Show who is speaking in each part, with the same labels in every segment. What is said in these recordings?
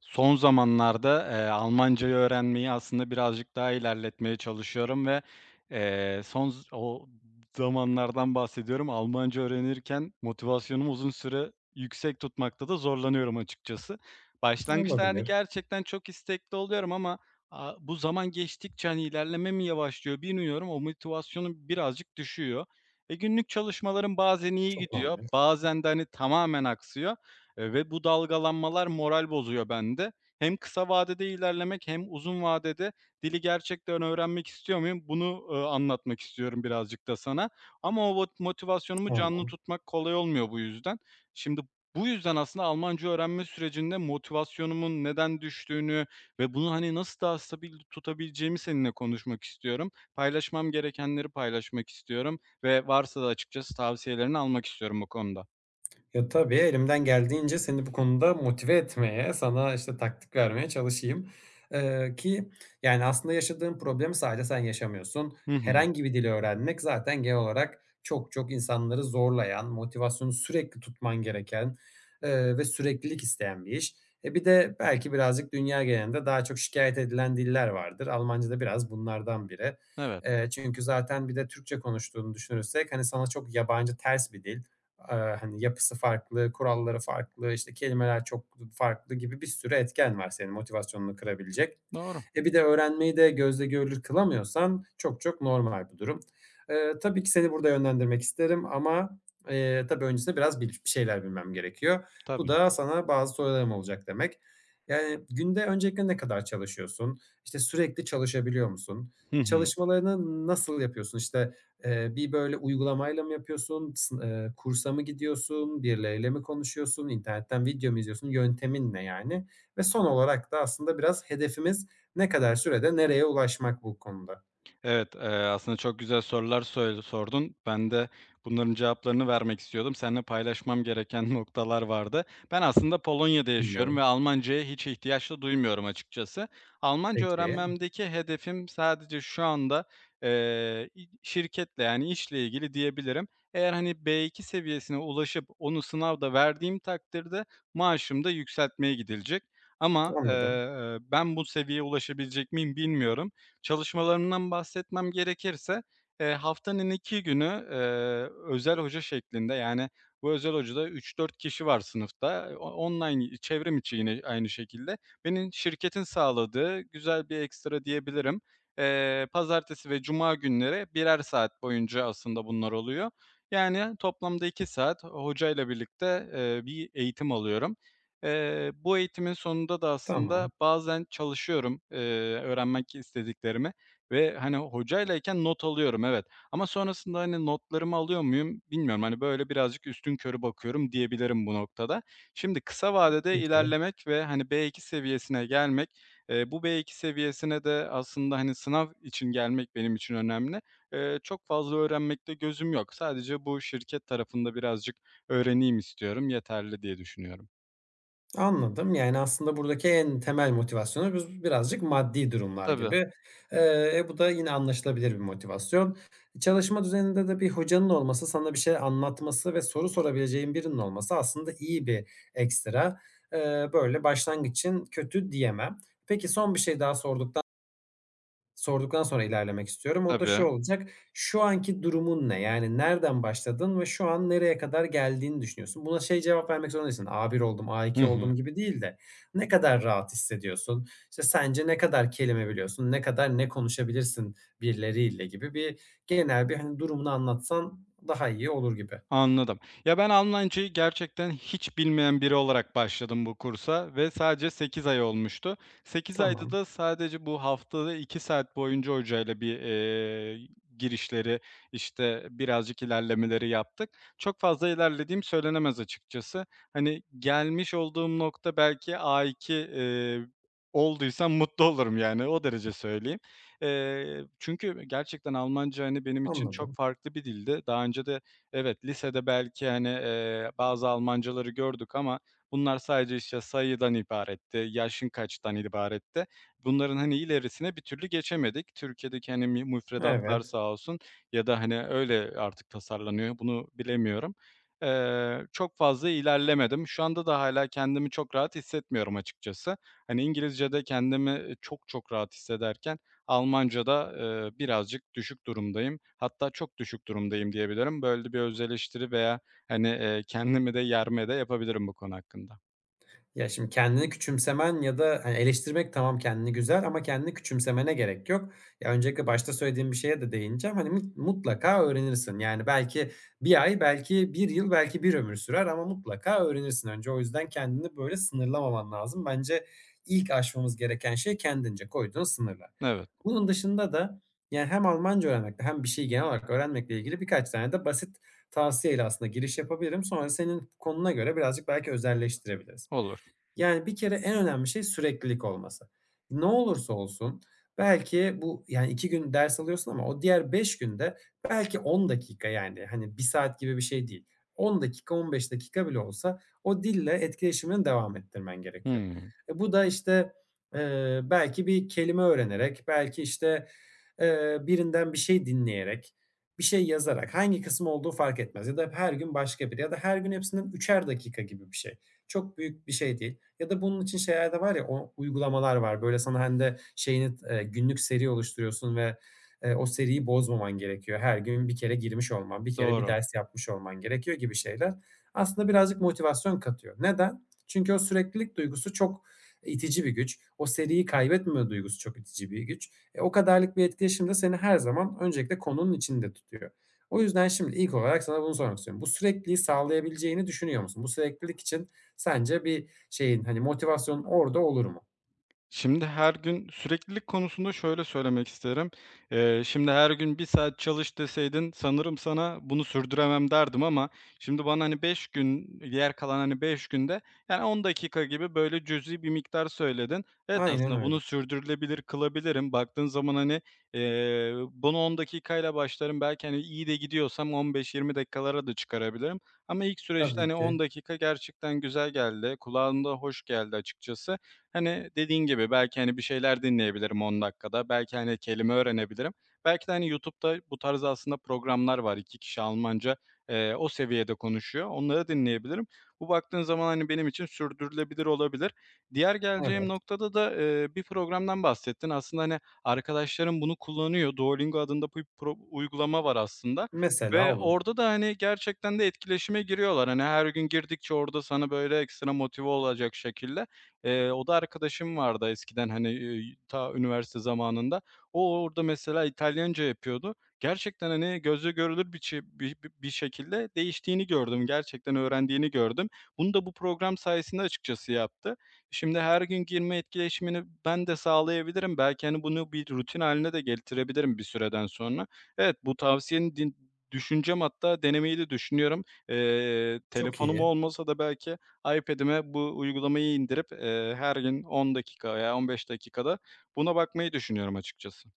Speaker 1: Son zamanlarda, Almancayı öğrenmeyi aslında birazcık daha ilerletmeye çalışıyorum ve, son z o zamanlardan bahsediyorum. Almanca öğrenirken motivasyonumu uzun süre yüksek tutmakta da zorlanıyorum açıkçası. Başlangıçta, hani,
Speaker 2: Olabilir.
Speaker 1: gerçekten çok istekli oluyorum ama, bu zaman geçtikçe, hani, ilerleme mi yavaşlıyor bilmiyorum, o motivasyonum birazcık düşüyor. Günlük çalışmalarım bazen iyi
Speaker 2: Çok
Speaker 1: gidiyor,
Speaker 2: normal.
Speaker 1: bazen de, hani, tamamen aksıyor. Ve bu dalgalanmalar moral bozuyor bende. Hem kısa vadede ilerlemek hem uzun vadede dili gerçekten öğrenmek istiyor muyum? Bunu, anlatmak istiyorum birazcık da sana ama o vot motivasyonumu canlı
Speaker 2: Tamam.
Speaker 1: tutmak kolay olmuyor bu yüzden. Şimdi bu yüzden aslında Almanca öğrenme sürecinde motivasyonumun neden düştüğünü ve bunu, hani, nasıl daha stabil tutabileceğimi seninle konuşmak istiyorum. Paylaşmam gerekenleri paylaşmak istiyorum ve varsa da açıkçası tavsiyelerini almak istiyorum bu konuda.
Speaker 2: Ya, tabii, elimden geldiğince seni bu konuda motive etmeye, sana, işte, taktik vermeye çalışayım. Eee, ki, Yani, aslında yaşadığın problemi sadece sen yaşamıyorsun.
Speaker 1: Hı hı.
Speaker 2: Herhangi bir dili öğrenmek zaten genel olarak çok çok insanları zorlayan, motivasyonu sürekli tutman gereken, ve süreklilik isteyen bir iş. E, bir de belki birazcık dünya genelinde daha çok şikayet edilen diller vardır. Almanca da biraz bunlardan biri.
Speaker 1: Evet,
Speaker 2: Çünkü zaten bir de Türkçe konuştuğunu düşünürsek, hani, sana çok yabancı, ters bir dil. Hani, yapısı farklı, kuralları farklı, işte, kelimeler çok farklı gibi bir sürü etken var senin motivasyonunu kırabilecek.
Speaker 1: doğru.
Speaker 2: E, bir de öğrenmeyi de gözle görülür kılamıyorsan çok çok normal bu durum. Tabii ki seni burada yönlendirmek isterim ama, tabii öncesinde biraz bir şeyler bilmem gerekiyor. Bu
Speaker 1: Tabii.
Speaker 2: da sana bazı sorularım olacak demek. Yani, günde öncelikle ne kadar çalışıyorsun? İşte, sürekli çalışabiliyor musun?
Speaker 1: Hı hı.
Speaker 2: Çalışmalarını nasıl yapıyorsun? Bir böyle uygulamayla mı yapıyorsun? Sın Kursa mı gidiyorsun? Birileriyle mi konuşuyorsun? İnternetten video mu izliyorsun? Yöntemin ne yani? Ve son olarak da aslında biraz hedefimiz ne kadar sürede nereye ulaşmak bu konuda?
Speaker 1: Evet, aslında çok güzel sorular söyle sordun. Ben de bunların cevaplarını vermek istiyordum. Seninle paylaşmam gereken noktalar vardı. Ben aslında Polonya'da yaşıyorum ve
Speaker 2: Dinliyorum.
Speaker 1: Almancaya hiç ihtiyaç da duymuyorum açıkçası. Almanca
Speaker 2: Peki,
Speaker 1: öğrenmemdeki hedefim sadece şu anda, i şirketle, yani, işle ilgili diyebilirim. Eğer, hani, B2 seviyesine ulaşıp onu sınavda verdiğim takdirde maaşım da yükseltmeye gidilecek ama,
Speaker 2: anladım.
Speaker 1: ben bu seviyeye ulaşabilecek miyim bilmiyorum. Çalışmalarımdan bahsetmem gerekirse, haftanın 2 günü, eee, özel hoca şeklinde, yani, bu özel hocada üç dört kişi var sınıfta. O online, çevrim içi yine aynı şekilde. Benim şirketin sağladığı güzel bir ekstra diyebilirim. Pazartesi ve cuma günleri birer saat boyunca aslında bunlar oluyor. Yani, toplamda 2 saat hocayla birlikte, bir eğitim alıyorum. Bu eğitimin sonunda da aslında
Speaker 2: Tamam,
Speaker 1: bazen çalışıyorum, öğrenmek istediklerimi ve, hani, hocaylayken not alıyorum, evet. Ama sonrasında, hani, notlarımı alıyor muyum bilmiyorum. Hani, böyle birazcık üstünkörü bakıyorum diyebilirim bu noktada. Şimdi kısa vadede
Speaker 2: peki.
Speaker 1: ilerlemek ve, hani, B2 seviyesine gelmek, bu B2 seviyesine de aslında, hani, sınav için gelmek benim için önemli. Çok fazla öğrenmekte gözüm yok. Sadece bu şirket tarafında birazcık öğreneyim istiyorum, yeterli diye düşünüyorum.
Speaker 2: Anladım. Yani, aslında buradaki en temel motivasyonu biz birazcık maddi durumlar
Speaker 1: Tabii.
Speaker 2: gibi. Bu da yine anlaşılabilir bir motivasyon. Çalışma düzeninde de bir hocanın olması, sana bir şey anlatması ve soru sorabileceğin birinin olması aslında iyi bir ekstra. Böyle, başlangıç için kötü diyemem. Peki, son bir şey daha sorduktan sonra ilerlemek istiyorum. O da şu
Speaker 1: Tabii.
Speaker 2: olacak: Şu anki durumun ne? Yani nereden başladın ve şu an nereye kadar geldiğini düşünüyorsun? Buna şey cevap vermek zorunda değilsin, A1 oldum,
Speaker 1: Hı
Speaker 2: A2
Speaker 1: hı.
Speaker 2: oldum gibi değil de ne kadar rahat hissediyorsun? İşte, sence ne kadar kelime biliyorsun? Ne kadar ne konuşabilirsin birileriyle gibi bir genel bir, hani, durumunu anlatsan daha iyi olur gibi.
Speaker 1: Anladım. Ya, ben Almancayı gerçekten hiç bilmeyen biri olarak başladım bu kursa ve sadece 8 ay olmuştu. 8 ayda
Speaker 2: Tamam,
Speaker 1: da sadece bu haftada 2 saat boyunca hocayla bir, girişleri, işte, birazcık ilerlemeleri yaptık. Çok fazla ilerlediğim söylenemez açıkçası. Hani, gelmiş olduğum nokta belki A2, olduysam mutlu olurum, yani, o derece söyleyeyim. Çünkü gerçekten Almanca, hani, benim için çok
Speaker 2: anladım.
Speaker 1: farklı bir dildi. Daha önce de. Evet, lisede belki, hani, bazı Almancaları gördük ama bunlar sadece, işte, sayıdan ibaretti, yaşın kaçtan ibaretti. Bunların, hani, ilerisine bir türlü geçemedik. Türkiye'deki, hani, müfredatlar
Speaker 2: Evet.
Speaker 1: sağ olsun ya da, hani, öyle artık tasarlanıyor, bunu bilemiyorum. Çok fazla ilerlemedim. Şu anda da hala kendimi çok rahat hissetmiyorum açıkçası. Hani, İngilizce'de kendimi, çok çok rahat hissederken Almanca'da, birazcık düşük durumdayım. Hatta çok düşük durumdayım diyebilirim. Böyle bir öz eleştiri veya, hani, kendimi de yerme de yapabilirim bu konu hakkında.
Speaker 2: Ya, şimdi kendini küçümsemen ya da, hani, eleştirmek tamam kendini güzel ama kendini küçümsemene gerek yok. Ya, öncelikle başta söylediğim bir şeye de değineceğim. Hani, mutlaka öğrenirsin. Yani, belki bir ay, belki bir yıl, belki bir ömür sürer ama mutlaka öğrenirsin önce. O yüzden kendini böyle sınırlamaman lazım. Bence ilk aşmamız gereken şey kendince koyduğun sınırlar.
Speaker 1: Evet,
Speaker 2: Bunun dışında da, yani, hem Almanca öğrenmekle hem bir şey genel olarak öğrenmekle ilgili birkaç tane de basit tavsiyeyle aslında giriş yapabilirim. Sonra senin konuna göre birazcık belki özelleştirebiliriz.
Speaker 1: olur.
Speaker 2: Yani, bir kere en önemli şey süreklilik olması. Ne olursa olsun belki bu, yani, 2 gün ders alıyorsun ama o diğer 5 günde belki 10 dakika, yani, hani, bir saat gibi bir şey değil. 10 dakika, 15 dakika bile olsa o dille etkileşimini devam ettirmen gerekiyor.
Speaker 1: Hımm,
Speaker 2: E, bu da, işte, belki bir kelime öğrenerek, belki, işte, birinden bir şey dinleyerek, bir şey yazarak, hangi kısmı olduğu fark etmez ya da her gün başka bir ya da her gün hepsinden üçer dakika gibi bir şey çok büyük bir şey değil. Ya da bunun için şeyler de var ya, o uygulamalar var. Böyle sana hem de şeyini, günlük seri oluşturuyorsun ve, o seriyi bozmaman gerekiyor. Her gün bir kere girmiş olman, bir kere bir
Speaker 1: doğru.
Speaker 2: ders yapmış olman gerekiyor gibi şeyler aslında birazcık motivasyon katıyor. Neden? Çünkü o süreklilik duygusu çok itici bir güç. O seriyi kaybetmeme duygusu çok itici bir güç. E, o kadarlık bir etkileşim de seni her zaman öncelikle konunun içinde tutuyor. O yüzden şimdi ilk olarak sana bunu sormak istiyorum. Bu sürekliliği sağlayabileceğini düşünüyor musun? Bu süreklilik için sence bir şeyin, hani, motivasyonun orada olur mu?
Speaker 1: Şimdi her gün süreklilik konusunda şöyle söylemek isterim. Şimdi her gün bir saat çalış deseydin sanırım sana bunu sürdüremem derdim ama şimdi bana, hani, 5 gün, yer kalan, hani, 5 günde, yani, 10 dakika gibi böyle cüzi bir miktar söyledin. Evet,
Speaker 2: Aynen
Speaker 1: aslında bunu
Speaker 2: öyle.
Speaker 1: sürdürülebilir kılabilirim. Baktığın zaman, hani, bunu 10 dakikayla başlarım. Belki, hani, iyi de gidiyorsam 15-20 dakikalara da çıkarabilirim ama ilk süreçte,
Speaker 2: Tabii
Speaker 1: hani, 10
Speaker 2: ki.
Speaker 1: dakika gerçekten güzel geldi, kulağında hoş geldi açıkçası. Hani, dediğin gibi belki, hani, bir şeyler dinleyebilirim 10 dakikada. Belki, hani, kelime öğrenebilirim. Belki de, hani, YouTube'da bu tarz aslında programlar var. 2 kişi Almanca, o seviyede konuşuyor. Onları dinleyebilirim. Bu baktığın zaman, hani, benim için sürdürülebilir olabilir. Diğer geleceğim
Speaker 2: Evet.
Speaker 1: noktada da, bir programdan bahsettin. Aslında, hani, arkadaşlarım bunu kullanıyor. Duolingo adında bir pro uygulama var aslında
Speaker 2: Mesela
Speaker 1: ve
Speaker 2: olur.
Speaker 1: orada da, hani, gerçekten de etkileşime giriyorlar. Hani, her gün girdikçe orada sana, böyle, ekstra motive olacak şekilde. O da arkadaşım vardı eskiden, hani, ta üniversite zamanında. O orada mesela İtalyanca yapıyordu. Gerçekten, hani, gözle görülür bir çe bi bi bir şekilde değiştiğini gördüm. Gerçekten öğrendiğini gördüm. Bunu da bu program sayesinde açıkçası yaptı. Şimdi her gün girme etkileşimini ben de sağlayabilirim. Belki, hani, bunu bir rutin haline de getirebilirim bir süreden sonra. Evet, bu tavsiyeni düşüneceğim hatta denemeyi de düşünüyorum. Eee,
Speaker 2: Çok
Speaker 1: telefonum
Speaker 2: iyi.
Speaker 1: olmasa da belki iPad'ime bu uygulamayı indirip, her gün 10 dakika veya 15 dakikada buna bakmayı düşünüyorum açıkçası.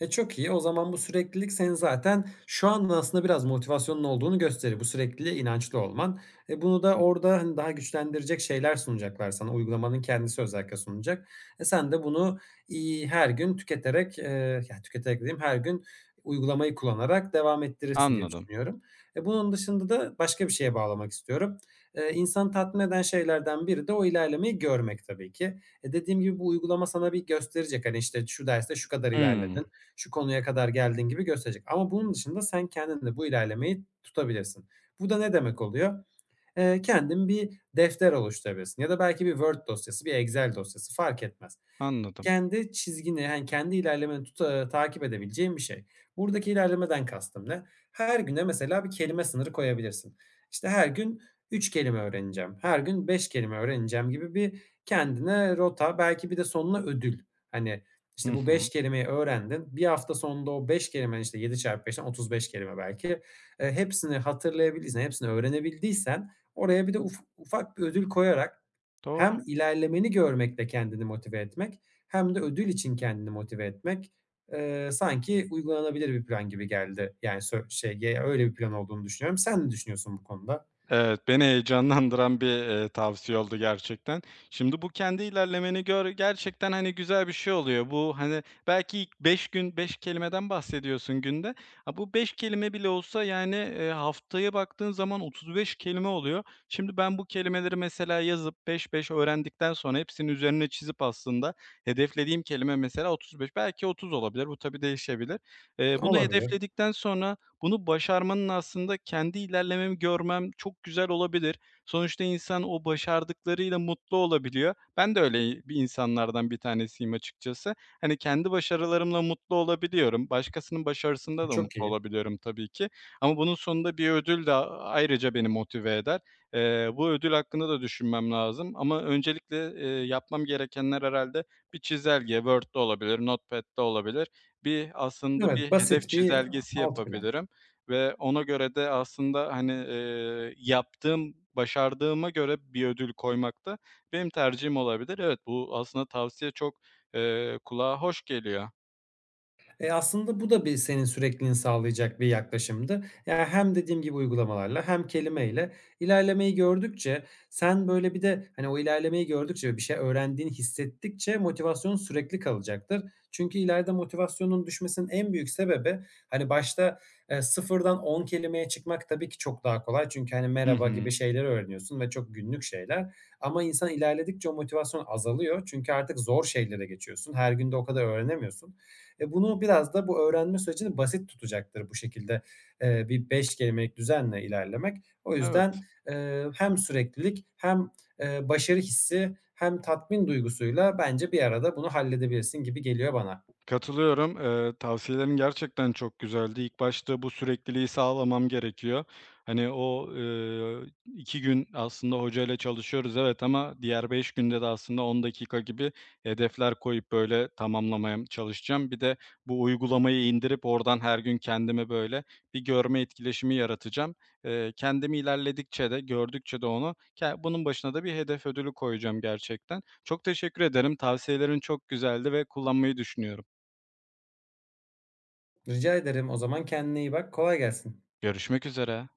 Speaker 2: E, çok iyi. O zaman bu süreklilik senin zaten şu an aslında biraz motivasyonun olduğunu gösterir. Bu sürekliliğe inançlı olman. E, bunu da orada, hani, daha güçlendirecek şeyler sunacaklar sana. Uygulamanın kendisi özellikle sunacak. E, sen de bunu, her gün tüketerek, ya, tüketerek diyeyim her gün uygulamayı kullanarak devam ettirirsin diye
Speaker 1: Anladım.
Speaker 2: düşünüyorum. E, bunun dışında da başka bir şeye bağlamak istiyorum. İnsanı tatmin eden şeylerden biri de o ilerlemeyi görmek tabii ki. E, dediğim gibi bu uygulama sana bir gösterecek. Hani, işte, şu derste şu kadar
Speaker 1: Hımm,
Speaker 2: ilerledin, şu konuya kadar geldiğin gibi gösterecek. Ama bunun dışında sen kendin de bu ilerlemeyi tutabilirsin. Bu da ne demek oluyor? Kendin bir defter oluşturabilirsin ya da belki bir Word dosyası, bir Excel dosyası fark etmez.
Speaker 1: anladım.
Speaker 2: Kendi çizgini, yani, kendi ilerlemeni takip edebileceğin bir şey. Buradaki ilerlemeden kastım ne? Her güne mesela bir kelime sınırı koyabilirsin. İşte, her gün 3 kelime öğreneceğim, her gün 5 kelime öğreneceğim gibi bir kendine rota, belki bir de sonuna ödül. Hani,
Speaker 1: Hı
Speaker 2: işte, bu
Speaker 1: hı.
Speaker 2: 5 kelimeyi öğrendin, bir hafta sonunda o 5 kelimenin, işte, 7 çarpı beşten 35 kelime belki, hepsini hatırlayabildiysen, hepsini öğrenebildiysen oraya bir de ufak bir ödül koyarak
Speaker 1: Doğru.
Speaker 2: hem ilerlemeni görmekle kendini motive etmek hem de ödül için kendini motive etmek, sanki uygulanabilir bir plan gibi geldi. Yani sö şey, ye öyle bir plan olduğunu düşünüyorum. Sen ne düşünüyorsun bu konuda?
Speaker 1: Evet, beni heyecanlandıran bir, tavsiye oldu gerçekten. Şimdi bu kendi ilerlemeni gör gerçekten, hani, güzel bir şey oluyor. Bu, hani, belki ilk 5 gün 5 kelimeden bahsediyorsun günde. Ha, bu 5 kelime bile olsa, yani, haftaya baktığın zaman 35 kelime oluyor. Şimdi ben bu kelimeleri mesela yazıp 5 5 öğrendikten sonra hepsinin üzerine çizip aslında hedeflediğim kelime mesela 35, belki 30 olabilir. Bu tabii değişebilir. Bunu
Speaker 2: Olabilir.
Speaker 1: hedefledikten sonra bunu başarmanın aslında kendi ilerlememi görmem çok güzel olabilir. Sonuçta insan o başardıklarıyla mutlu olabiliyor. Ben de öyle bir insanlardan bir tanesiyim açıkçası. Hani kendi başarılarımla mutlu olabiliyorum. Başkasının başarısında da
Speaker 2: Çok
Speaker 1: mutlu
Speaker 2: iyi.
Speaker 1: olabiliyorum tabii ki. Ama bunun sonunda bir ödül de ayrıca beni motive eder. Bu ödül hakkında da düşünmem lazım. Ama öncelikle, yapmam gerekenler herhalde bir çizelge, Word'de olabilir, Notepad'de olabilir. Bir aslında
Speaker 2: Evet,
Speaker 1: bir hedef
Speaker 2: basit bir
Speaker 1: çizelgesi
Speaker 2: alt plan.
Speaker 1: yapabilirim. Ve ona göre de aslında, hani, yaptığım, başardığıma göre bir ödül koymak da benim tercihim olabilir. Evet, bu aslında tavsiye çok, kulağa hoş geliyor.
Speaker 2: Aslında bu da bir senin sürekliliğini sağlayacak bir yaklaşımdı. Yani hem dediğim gibi uygulamalarla hem kelimeyle ilerlemeyi gördükçe sen böyle bir de, hani, o ilerlemeyi gördükçe ve bir şey öğrendiğini hissettikçe motivasyonun sürekli kalacaktır. Çünkü ileride motivasyonun düşmesinin en büyük sebebi, hani, başta, 0'dan 10 kelimeye çıkmak tabii ki çok daha kolay. Çünkü, hani,
Speaker 1: Hı
Speaker 2: merhaba
Speaker 1: hı.
Speaker 2: gibi şeyler öğreniyorsun ve çok günlük şeyler ama insan ilerledikçe o motivasyon azalıyor. Çünkü artık zor şeylere geçiyorsun. Her gün de o kadar öğrenemiyorsun. E, bunu biraz da bu öğrenme sürecini basit tutacaktır bu şekilde, bir 5 kelimelik düzenle ilerlemek. O yüzden,
Speaker 1: Evet.
Speaker 2: hem süreklilik hem, başarı hissi hem tatmin duygusuyla bence bir arada bunu halledebilirsin gibi geliyor bana.
Speaker 1: Katılıyorum. Tavsiyelerin gerçekten çok güzeldi. İlk başta bu sürekliliği sağlamam gerekiyor. Hani, o, 2 gün aslında hocayla çalışıyoruz, evet ama diğer 5 günde de aslında 10 dakika gibi hedefler koyup, böyle, tamamlamaya çalışacağım. Bir de bu uygulamayı indirip oradan her gün kendime, böyle, bir görme etkileşimi yaratacağım. Kendimi ilerledikçe de, gördükçe de onu ke bunun başına da bir hedef ödülü koyacağım gerçekten. Çok teşekkür ederim. Tavsiyelerin çok güzeldi ve kullanmayı düşünüyorum.
Speaker 2: Rica ederim. O zaman kendine iyi bak. Kolay gelsin.
Speaker 1: Görüşmek üzere.